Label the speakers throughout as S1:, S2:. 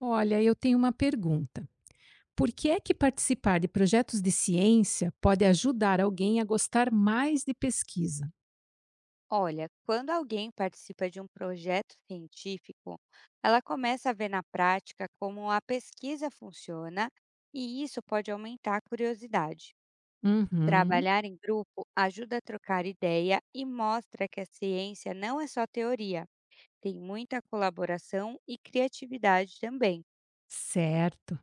S1: Olha, eu tenho uma pergunta. Por que é que participar de projetos de ciência pode ajudar alguém a gostar mais de pesquisa?
S2: Olha, quando alguém participa de um projeto científico, ela começa a ver na prática como a pesquisa funciona e isso pode aumentar a curiosidade.
S1: Uhum,
S2: Trabalhar em grupo ajuda a trocar ideia e mostra que a ciência não é só teoria, tem muita colaboração e criatividade também.
S1: certo.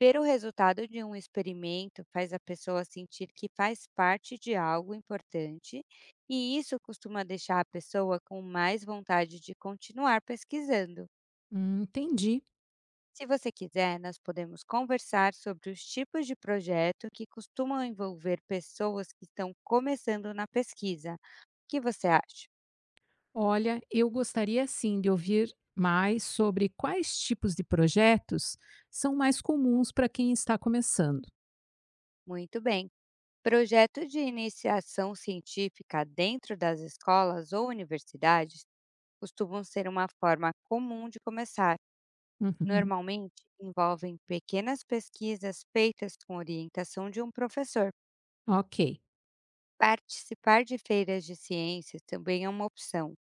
S2: Ver o resultado de um experimento faz a pessoa sentir que faz parte de algo importante, e isso costuma deixar a pessoa com mais vontade de continuar pesquisando.
S1: Entendi.
S2: Se você quiser, nós podemos conversar sobre os tipos de projeto que costumam envolver pessoas que estão começando na pesquisa. O que você acha?
S1: Olha, eu gostaria sim de ouvir mais sobre quais tipos de projetos são mais comuns para quem está começando.
S2: Muito bem. Projeto de iniciação científica dentro das escolas ou universidades costumam ser uma forma comum de começar.
S1: Uhum,
S2: Normalmente envolvem pequenas pesquisas feitas com orientação de um professor.
S1: ok,
S2: Participar de feiras de ciências também é uma opção.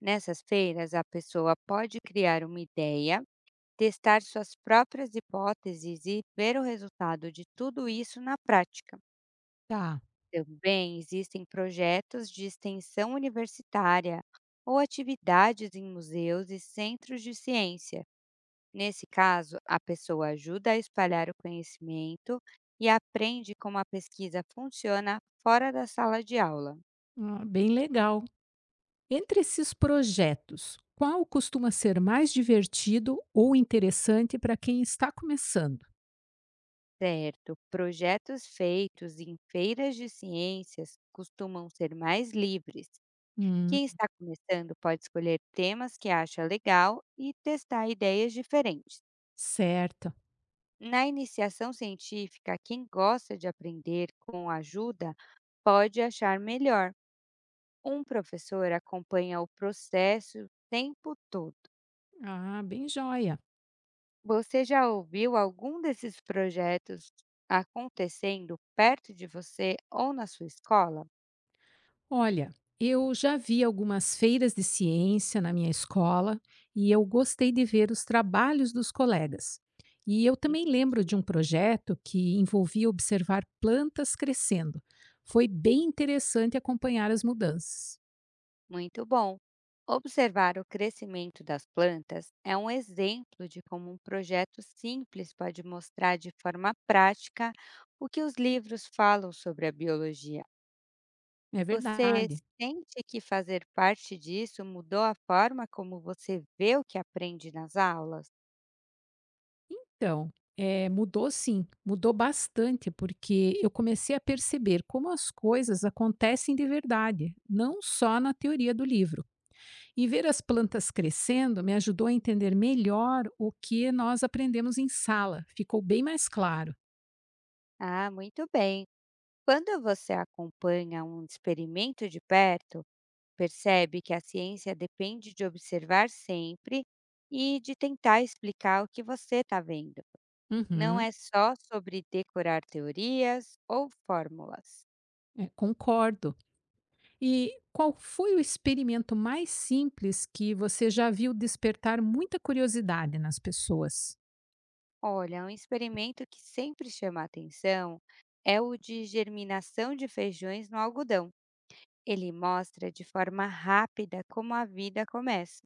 S2: Nessas feiras, a pessoa pode criar uma ideia, testar suas próprias hipóteses e ver o resultado de tudo isso na prática.
S1: tá.
S2: Também existem projetos de extensão universitária ou atividades em museus e centros de ciência. Nesse caso, a pessoa ajuda a espalhar o conhecimento e aprende como a pesquisa funciona fora da sala de aula.
S1: Ah, bem legal. Entre esses projetos, qual costuma ser mais divertido ou interessante para quem está começando?
S2: Certo, projetos feitos em feiras de ciências costumam ser mais livres.
S1: Hum,
S2: Quem está começando pode escolher temas que acha legal e testar ideias diferentes.
S1: certo.
S2: Na iniciação científica, quem gosta de aprender com ajuda pode achar melhor. Um professor acompanha o processo o tempo todo.
S1: Ah, bem joia.
S2: Você já ouviu algum desses projetos acontecendo perto de você ou na sua escola?
S1: Olha, eu já vi algumas feiras de ciência na minha escola e eu gostei de ver os trabalhos dos colegas. E eu também lembro de um projeto que envolvia observar plantas crescendo. Foi bem interessante acompanhar as mudanças.
S2: Muito bom! Observar o crescimento das plantas é um exemplo de como um projeto simples pode mostrar de forma prática o que os livros falam sobre a biologia.
S1: É
S2: Você
S1: verdade.
S2: sente que fazer parte disso mudou a forma como você vê o que aprende nas aulas?
S1: Então, é, mudou sim, mudou bastante, porque eu comecei a perceber como as coisas acontecem de verdade, não só na teoria do livro. E ver as plantas crescendo me ajudou a entender melhor o que nós aprendemos em sala. Ficou bem mais claro.
S2: Ah, muito bem. Quando você acompanha um experimento de perto, percebe que a ciência depende de observar sempre e de tentar explicar o que você está vendo. Não
S1: Uhum,
S2: é só sobre decorar teorias ou fórmulas.
S1: é, concordo. E qual foi o experimento mais simples que você já viu despertar muita curiosidade nas pessoas?
S2: Olha, um experimento que sempre chama a atenção é o de germinação de feijões no algodão. Ele mostra de forma rápida como a vida começa.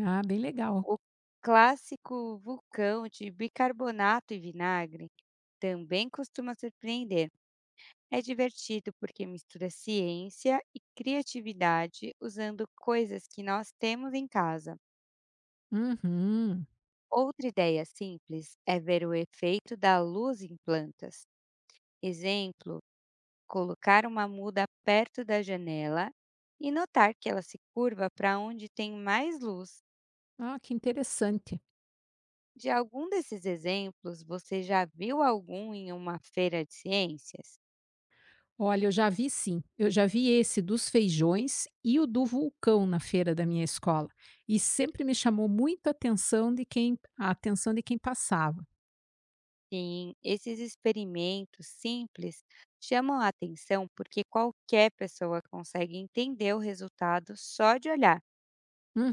S1: Ah, bem legal.
S2: O clássico vulcão de bicarbonato e vinagre também costuma surpreender. É divertido porque mistura ciência e criatividade usando coisas que nós temos em casa.
S1: Uhum.
S2: Outra ideia simples é ver o efeito da luz em plantas. Exemplo, colocar uma muda perto da janela e notar que ela se curva para onde tem mais luz.
S1: Ah, que interessante.
S2: De algum desses exemplos, você já viu algum em uma feira de ciências?
S1: Olha, eu já vi sim. Eu já vi esse dos feijões e o do vulcão na feira da minha escola. E sempre me chamou muito a atenção a atenção de quem passava.
S2: Sim, esses experimentos simples chamam a atenção porque qualquer pessoa consegue entender o resultado só de olhar.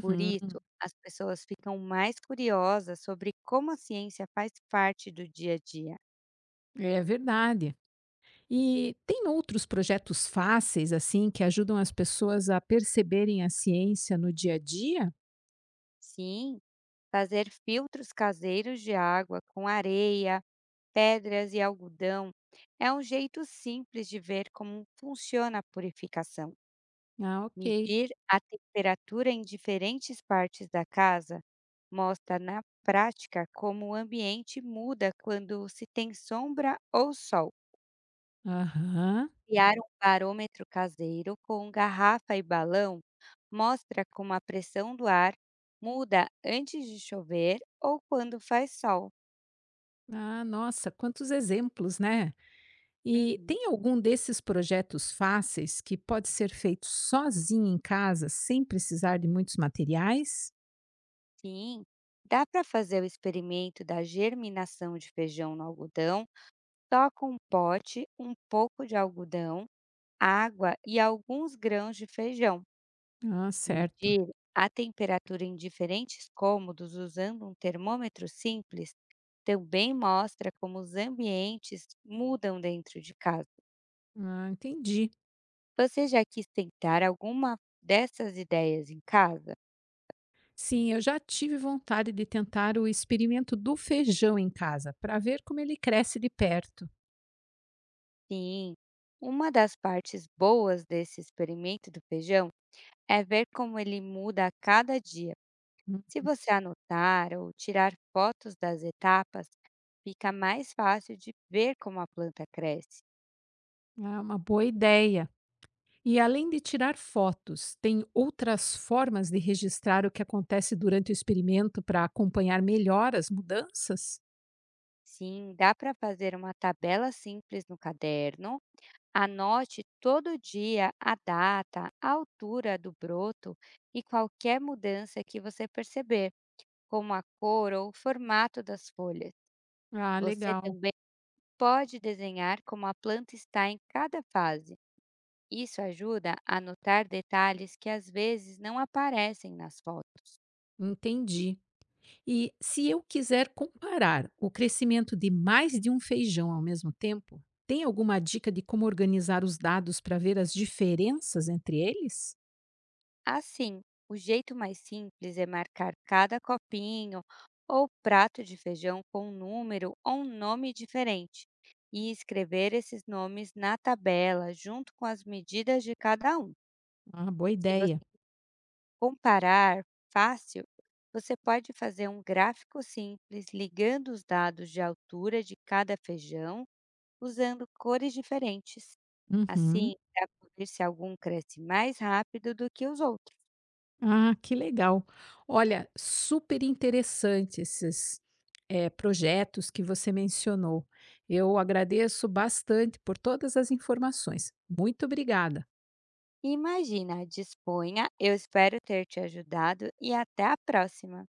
S2: Por isso, as pessoas ficam mais curiosas sobre como a ciência faz parte do dia a dia.
S1: é verdade. E tem outros projetos fáceis assim que ajudam as pessoas a perceberem a ciência no dia a dia?
S2: Sim. Fazer filtros caseiros de água com areia, pedras e algodão é um jeito simples de ver como funciona a purificação.
S1: Ah, ok.
S2: Medir a temperatura em diferentes partes da casa mostra na prática como o ambiente muda quando se tem sombra ou sol.
S1: Aham.
S2: Criar um barômetro caseiro com garrafa e balão mostra como a pressão do ar muda antes de chover ou quando faz sol.
S1: Ah, nossa, quantos exemplos, né? E
S2: Uhum.
S1: tem algum desses projetos fáceis que pode ser feito sozinho em casa, sem precisar de muitos materiais?
S2: Sim, dá para fazer o experimento da germinação de feijão no algodão só com um pote, um pouco de algodão, água e alguns grãos de feijão.
S1: Ah, certo.
S2: Medir a temperatura em diferentes cômodos usando um termômetro simples também mostra como os ambientes mudam dentro de casa.
S1: Ah, entendi.
S2: Você já quis tentar alguma dessas ideias em casa?
S1: Sim, eu já tive vontade de tentar o experimento do feijão em casa, para ver como ele cresce de perto.
S2: Sim, uma das partes boas desse experimento do feijão é ver como ele muda a cada dia.
S1: Hum,
S2: Se você anotar ou tirar fotos das etapas, fica mais fácil de ver como a planta cresce.
S1: É uma boa ideia. E além de tirar fotos, tem outras formas de registrar o que acontece durante o experimento para acompanhar melhor as mudanças?
S2: Sim, dá para fazer uma tabela simples no caderno. Anote todo dia a data, a altura do broto e qualquer mudança que você perceber, como a cor ou o formato das folhas.
S1: Ah,
S2: Você
S1: legal.
S2: também pode desenhar como a planta está em cada fase. Isso ajuda a notar detalhes que às vezes não aparecem nas fotos.
S1: Entendi. E se eu quiser comparar o crescimento de mais de um feijão ao mesmo tempo, tem alguma dica de como organizar os dados para ver as diferenças entre eles?
S2: Assim, o jeito mais simples é marcar cada copinho ou prato de feijão com um número ou um nome diferente e escrever esses nomes na tabela junto com as medidas de cada um.
S1: Ah, boa
S2: Se você
S1: ideia.
S2: comparar fácil, você pode fazer um gráfico simples ligando os dados de altura de cada feijão usando cores diferentes. Assim,
S1: Uhum.
S2: para pra ver se algum cresce mais rápido do que os outros.
S1: Ah, que legal. Olha, super interessante esses projetos que você mencionou. Eu agradeço bastante por todas as informações. Muito obrigada.
S2: Imagina, disponha, eu espero ter te ajudado e até a próxima!